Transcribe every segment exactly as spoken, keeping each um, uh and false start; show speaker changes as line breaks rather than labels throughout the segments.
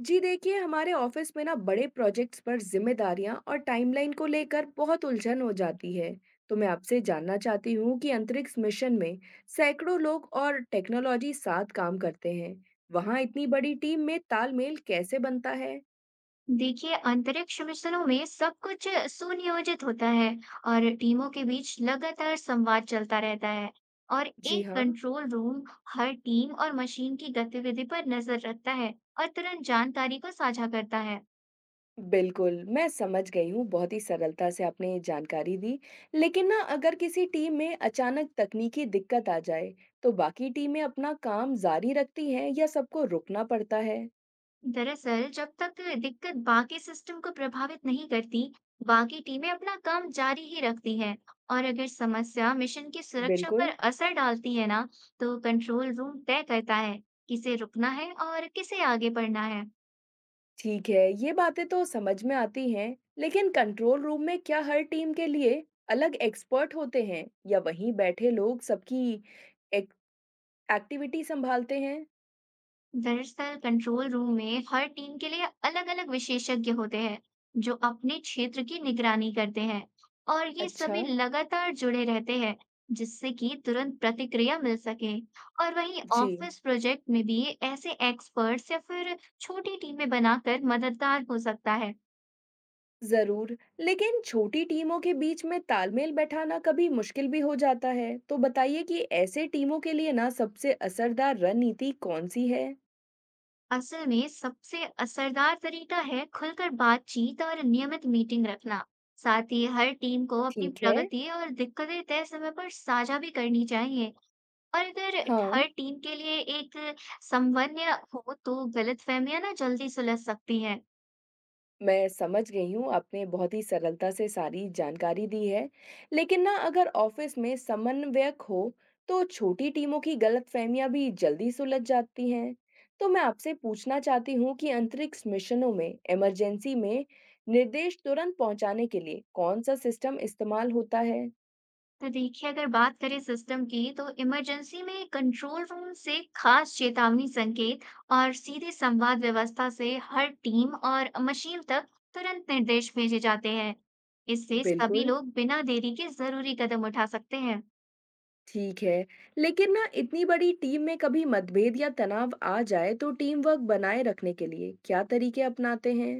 जी देखिए, हमारे ऑफिस में ना बड़े प्रोजेक्ट्स पर जिम्मेदारियां और टाइमलाइन को लेकर बहुत उलझन हो जाती है। तो मैं आपसे जानना चाहती हूँ कि अंतरिक्ष मिशन में सैकड़ों लोग और टेक्नोलॉजी साथ काम करते हैं। वहां इतनी बड़ी टीम में तालमेल कैसे बनता है?
देखिए, अंतरिक्ष मिशनों में सब कुछ सुनियोजित होता है और टीमों के बीच लगातार संवाद चलता रहता है। और
जी
एक
हाँ।
कंट्रोल रूम हर टीम और मशीन की गतिविधि पर नजर रखता है और तुरंत जानकारी को साझा करता है।
बिल्कुल, मैं समझ गई हूँ। बहुत ही सरलता से आपने जानकारी दी। लेकिन ना अगर किसी टीम में अचानक तकनीकी दिक्कत आ जाए, तो बाकी टीमें अपना काम जारी रखती हैं या सबको रुकना पड़ता है?
दरअसल, जब तक दिक्कत बाकी सिस्टम को प्रभावित नहीं करती, बाकी टीमें अपना काम जारी ही रखती हैं। और अगर समस्या मिशन की सुरक्षा पर
बिल्कुल।
असर डालती है ना, तो कंट्रोल रूम तय करता है किसे रुकना है और किसे आगे बढ़ना है।
ठीक है, ये बातें तो समझ में आती हैं, लेकिन कंट्रोल रूम में क्या हर टीम के लिए अलग एक्सपर्ट होते हैं या वहीं बैठे लोग सबकी एक, एक्टिविटी संभालते हैं?
दरअसल, कंट्रोल रूम में हर टीम के लिए अलग-अलग विशेषज्ञ होते हैं जो अपने क्षेत्र की निगरानी करते हैं और ये
अच्छा।
सभी लगातार जुड़े रहते हैं जिससे कि तुरंत प्रतिक्रिया मिल सके। और वहीं
जी।
ऑफिस प्रोजेक्ट में भी ऐसे एक्सपर्ट्स या फिर छोटी टीमें बनाकर मददगार हो सकता है।
जरूर, लेकिन छोटी टीमों के बीच में तालमेल बैठाना कभी मुश्किल भी हो जाता है, तो बताइए कि ऐसे टीमों के लिए ना सबसे असरदार रणनीति कौन सी है?
असल में सबसे असरदार तरीका है खुलकर बातचीत और नियमित मीटिंग रखना। साथ ही हर टीम को अपनी
ठीक है।
प्रगति और दिक्कतें तय समय पर साझा भी करनी चाहिए। और अगर
हाँ।
हर टीम के लिए एक समन्वय हो तो गलतफहमियां ना जल्दी सुलझ सकती हैं।
मैं समझ गई हूँ, आपने बहुत ही सरलता से सारी जानकारी दी है। लेकिन ना अगर ऑफ़िस में समन्वयक हो, तो छोटी टीमों की गलतफ़हमियाँ भी जल्दी सुलझ जाती हैं। तो मैं आपसे पूछना चाहती हूँ कि अंतरिक्ष मिशनों में इमरजेंसी में निर्देश तुरंत पहुँचाने के लिए कौन-सा सिस्टम इस्तेमाल होता है?
तो देखिए, अगर बात करें सिस्टम की, तो इमरजेंसी में कंट्रोल रूम से खास चेतावनी संकेत और सीधे संवाद व्यवस्था से हर टीम और मशीन तक तुरंत निर्देश भेजे जाते हैं। इससे सभी
बिल्कुल।
लोग बिना देरी के जरूरी कदम उठा सकते हैं।
ठीक है। लेकिन ना इतनी बड़ी टीम में कभी मतभेद या तनाव आ जाए, तो टीम वर्क बनाए रखने के लिए क्या तरीके अपनाते हैं?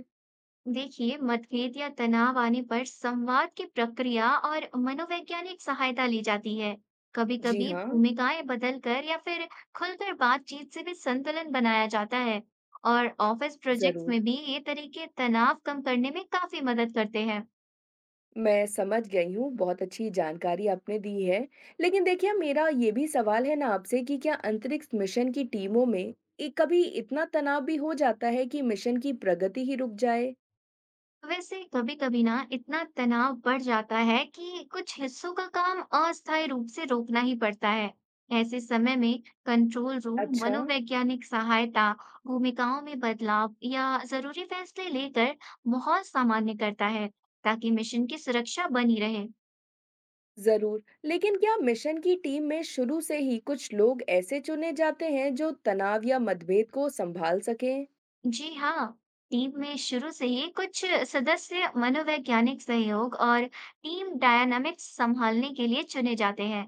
देखिए, मतभेद या तनाव आने पर संवाद की प्रक्रिया और मनोवैज्ञानिक सहायता ली जाती है। कभी
जी
कभी
हाँ।
भूमिकाएं बदलकर या फिर खुलकर बातचीत से भी संतुलन बनाया जाता है। और ऑफिस प्रोजेक्ट्स
ज़रूर।
में भी ये तरीके तनाव कम करने में काफी मदद करते हैं।
मैं समझ गई हूँ, बहुत अच्छी जानकारी आपने दी है। लेकिन देखिए मेरा ये भी सवाल है ना आपसे कि क्या अंतरिक्ष मिशन की टीमों में ए, कभी इतना तनाव भी हो जाता है कि मिशन की प्रगति ही रुक जाए?
वैसे कभी कभी ना इतना तनाव बढ़ जाता है कि कुछ हिस्सों का काम अस्थायी रूप से रोकना ही पड़ता है। ऐसे समय में कंट्रोल रूम
अच्छा।
मनोवैज्ञानिक सहायता, भूमिकाओं में बदलाव या जरूरी फैसले लेकर माहौल सामान्य करता है, ताकि मिशन की सुरक्षा बनी रहे।
ज़रूर। लेकिन क्या मिशन की टीम में शुरू से ही कुछ लोग ऐसे चुने जाते हैं जो तनाव या मतभेद को सँभाल सकें?
जी हाँ, टीम में शुरू से ही कुछ सदस्य मनोवैज्ञानिक सहयोग और टीम डायनामिक्स संभालने के लिए चुने जाते हैं।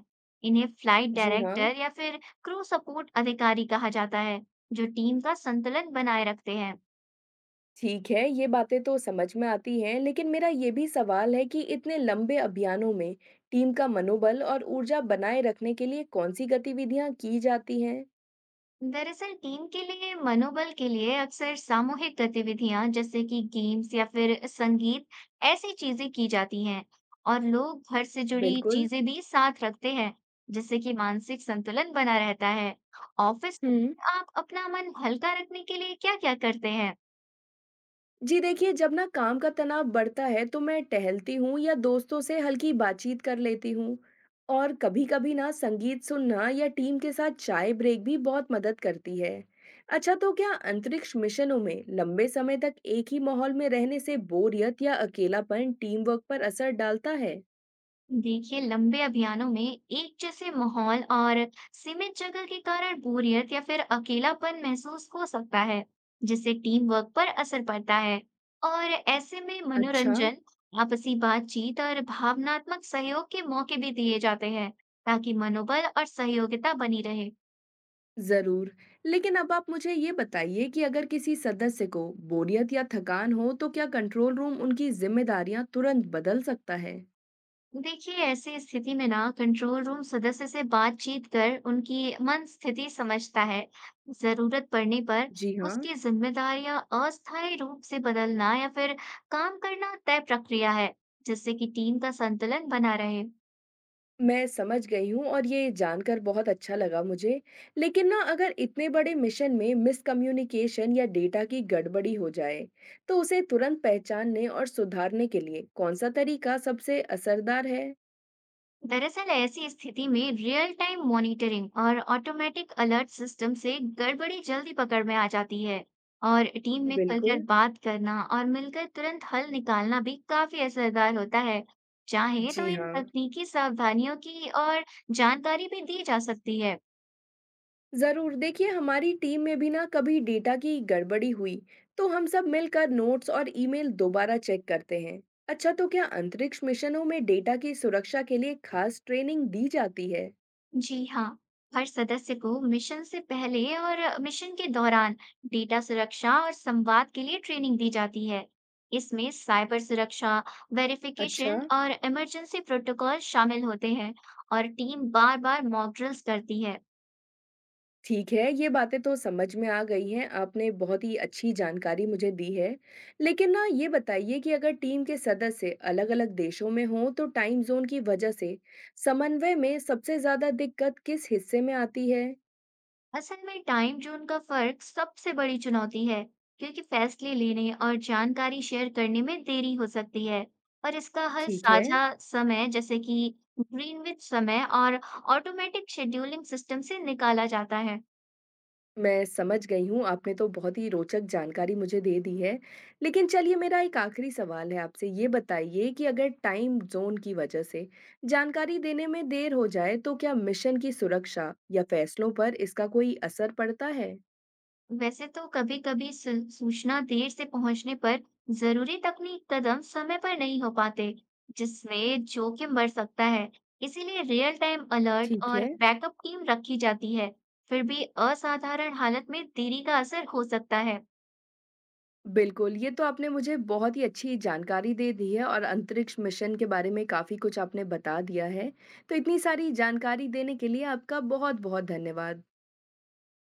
इन्हें फ्लाइट
जी हाँ।
डायरेक्टर या फिर क्रू सपोर्ट अधिकारी कहा जाता है, जो टीम का संतुलन बनाए रखते हैं।
ठीक है, ये बातें तो समझ में आती हैं, लेकिन मेरा ये भी सवाल है कि इतने लंबे अभियानों में टीम का मनोबल और ऊर्जा बनाए रखने के लिए कौन-सी गतिविधियाँ की जाती हैं?
दरअसल, टीम के लिए मनोबल के लिए अक्सर सामूहिक गतिविधियां जैसे कि गेम्स या फिर संगीत, ऐसी चीजें की जाती हैं। और लोग घर से जुड़ी
बिल्कुल।
चीजें भी साथ रखते हैं, जिससे कि मानसिक संतुलन बना रहता है। ऑफिस में
हम्म।
आप अपना मन हल्का रखने के लिए क्या-क्या करते हैं?
जी देखिए, जब ना काम का तनाव बढ़ता है तो मैं टहलती हूँ या दोस्तों से हल्की बातचीत कर लेती हूँ और कभी-कभी ना संगीत सुनना या टीम के साथ चाय ब्रेक भी बहुत मदद करती है। अच्छा, तो क्या अंतरिक्ष मिशनों में लंबे समय तक एक ही माहौल में रहने से बोरियत या अकेलापन टीम वर्क पर असर डालता है?
देखिए, लंबे अभियानों में एक जैसे माहौल और सीमित जगह के कारण बोरियत या फिर अकेलापन महसूस हो सकता है, जिससे टीम वर्क पर असर पड़ता है। और ऐसे में
अच्छा।
मनोरंजन, आपसी बातचीत और भावनात्मक सहयोग के मौके भी दिए जाते हैं, ताकि मनोबल और सहयोगिता बनी रहे।
जरूर, लेकिन अब आप मुझे ये बताइए कि अगर किसी सदस्य को बोरियत या थकान हो तो क्या कंट्रोल रूम उनकी जिम्मेदारियां तुरंत बदल सकता है?
देखिए, ऐसी स्थिति में ना कंट्रोल रूम सदस्य से बातचीत कर उनकी मन स्थिति समझता है। जरूरत पड़ने पर
जी हाँ।
उसकी जिम्मेदारियां अस्थायी रूप से बदलना या फिर काम करना तय प्रक्रिया है, जिससे कि टीम का संतुलन बना रहे।
मैं समझ गई हूँ और ये जानकर बहुत अच्छा लगा मुझे। लेकिन ना अगर इतने बड़े मिशन में मिसकम्युनिकेशन या डेटा की गड़बड़ी हो जाए, तो उसे तुरंत पहचानने और सुधारने के लिए कौन-सा तरीका सबसे असरदार है?
दरअसल, ऐसी स्थिति में रियल टाइम मॉनिटरिंग और ऑटोमेटिक अलर्ट सिस्टम से गड़बड़ी जल्दी पकड़ में आ जाती है। और टीम में खुलकर
बिल्कुल।
बात करना और मिलकर तुरंत हल निकालना भी काफी असरदार होता है। चाहे तो
जी
इन
हाँ।
तकनीकी सावधानियों की और जानकारी भी दी जा सकती है।
ज़रूर, देखिए हमारी टीम में भी ना कभी डेटा की गड़बड़ी हुई, तो हम सब मिलकर नोट्स और ईमेल दोबारा चेक करते हैं। अच्छा, तो क्या अंतरिक्ष मिशनों में डेटा की सुरक्षा के लिए खास ट्रेनिंग दी जाती है?
जी हाँ, हर सदस्य को मिशन से पहले और मिशन के दौरान डेटा सुरक्षा और संवाद के लिए ट्रेनिंग दी जाती है। इसमें साइबर सुरक्षा,
अच्छा।
वेरिफिकेशन और इमरजेंसी प्रोटोकॉल शामिल होते हैं और टीम बार-बार मॉक ड्रिल्स करती है।
ठीक है, ये बातें तो समझ में आ गई हैं, आपने बहुत ही अच्छी जानकारी मुझे दी है। लेकिन ना ये बताइए कि अगर टीम के सदस्य अलग-अलग देशों में हों, तो टाइम ज़ोन की वजह से समन्वय में सबसे ज़्यादा दिक्कत किस हिस्से में आती है?
असल में टाइम जोन का फर्क सबसे बड़ी चुनौती है, क्योंकि फैसले लेने और जानकारी शेयर करने में देरी हो सकती है, और इसका हल
ठीक है।
साझा समय जैसे कि ग्रीनविच समय और ऑटोमेटिक शेड्यूलिंग सिस्टम से निकाला जाता है।
मैं समझ गई हूँ, आपने तो बहुत ही रोचक जानकारी मुझे दे दी है। लेकिन चलिए मेरा एक आखिरी सवाल है आपसे, ये बताइए कि अगर टाइम ज़ोन की वजह से जानकारी देने में देर हो जाए, तो क्या मिशन की सुरक्षा या फैसलों पर इसका कोई असर पड़ता है?
वैसे तो कभी कभी सूचना देर से पहुंचने पर जरूरी तकनीक कदम समय पर नहीं हो पाते, जिसमें जोखिम बढ़ सकता है। इसीलिए रियल टाइम अलर्ट
ठीक
और
है।
बैकअप टीम रखी जाती है। फिर भी असाधारण हालत में देरी का असर हो सकता है।
बिल्कुल, ये तो आपने मुझे बहुत ही अच्छी जानकारी दे दी है और अंतरिक्ष मिशन के बारे में काफ़ी कुछ आपने बता दिया है। तो इतनी सारी जानकारी देने के लिए आपका बहुत-बहुत धन्यवाद।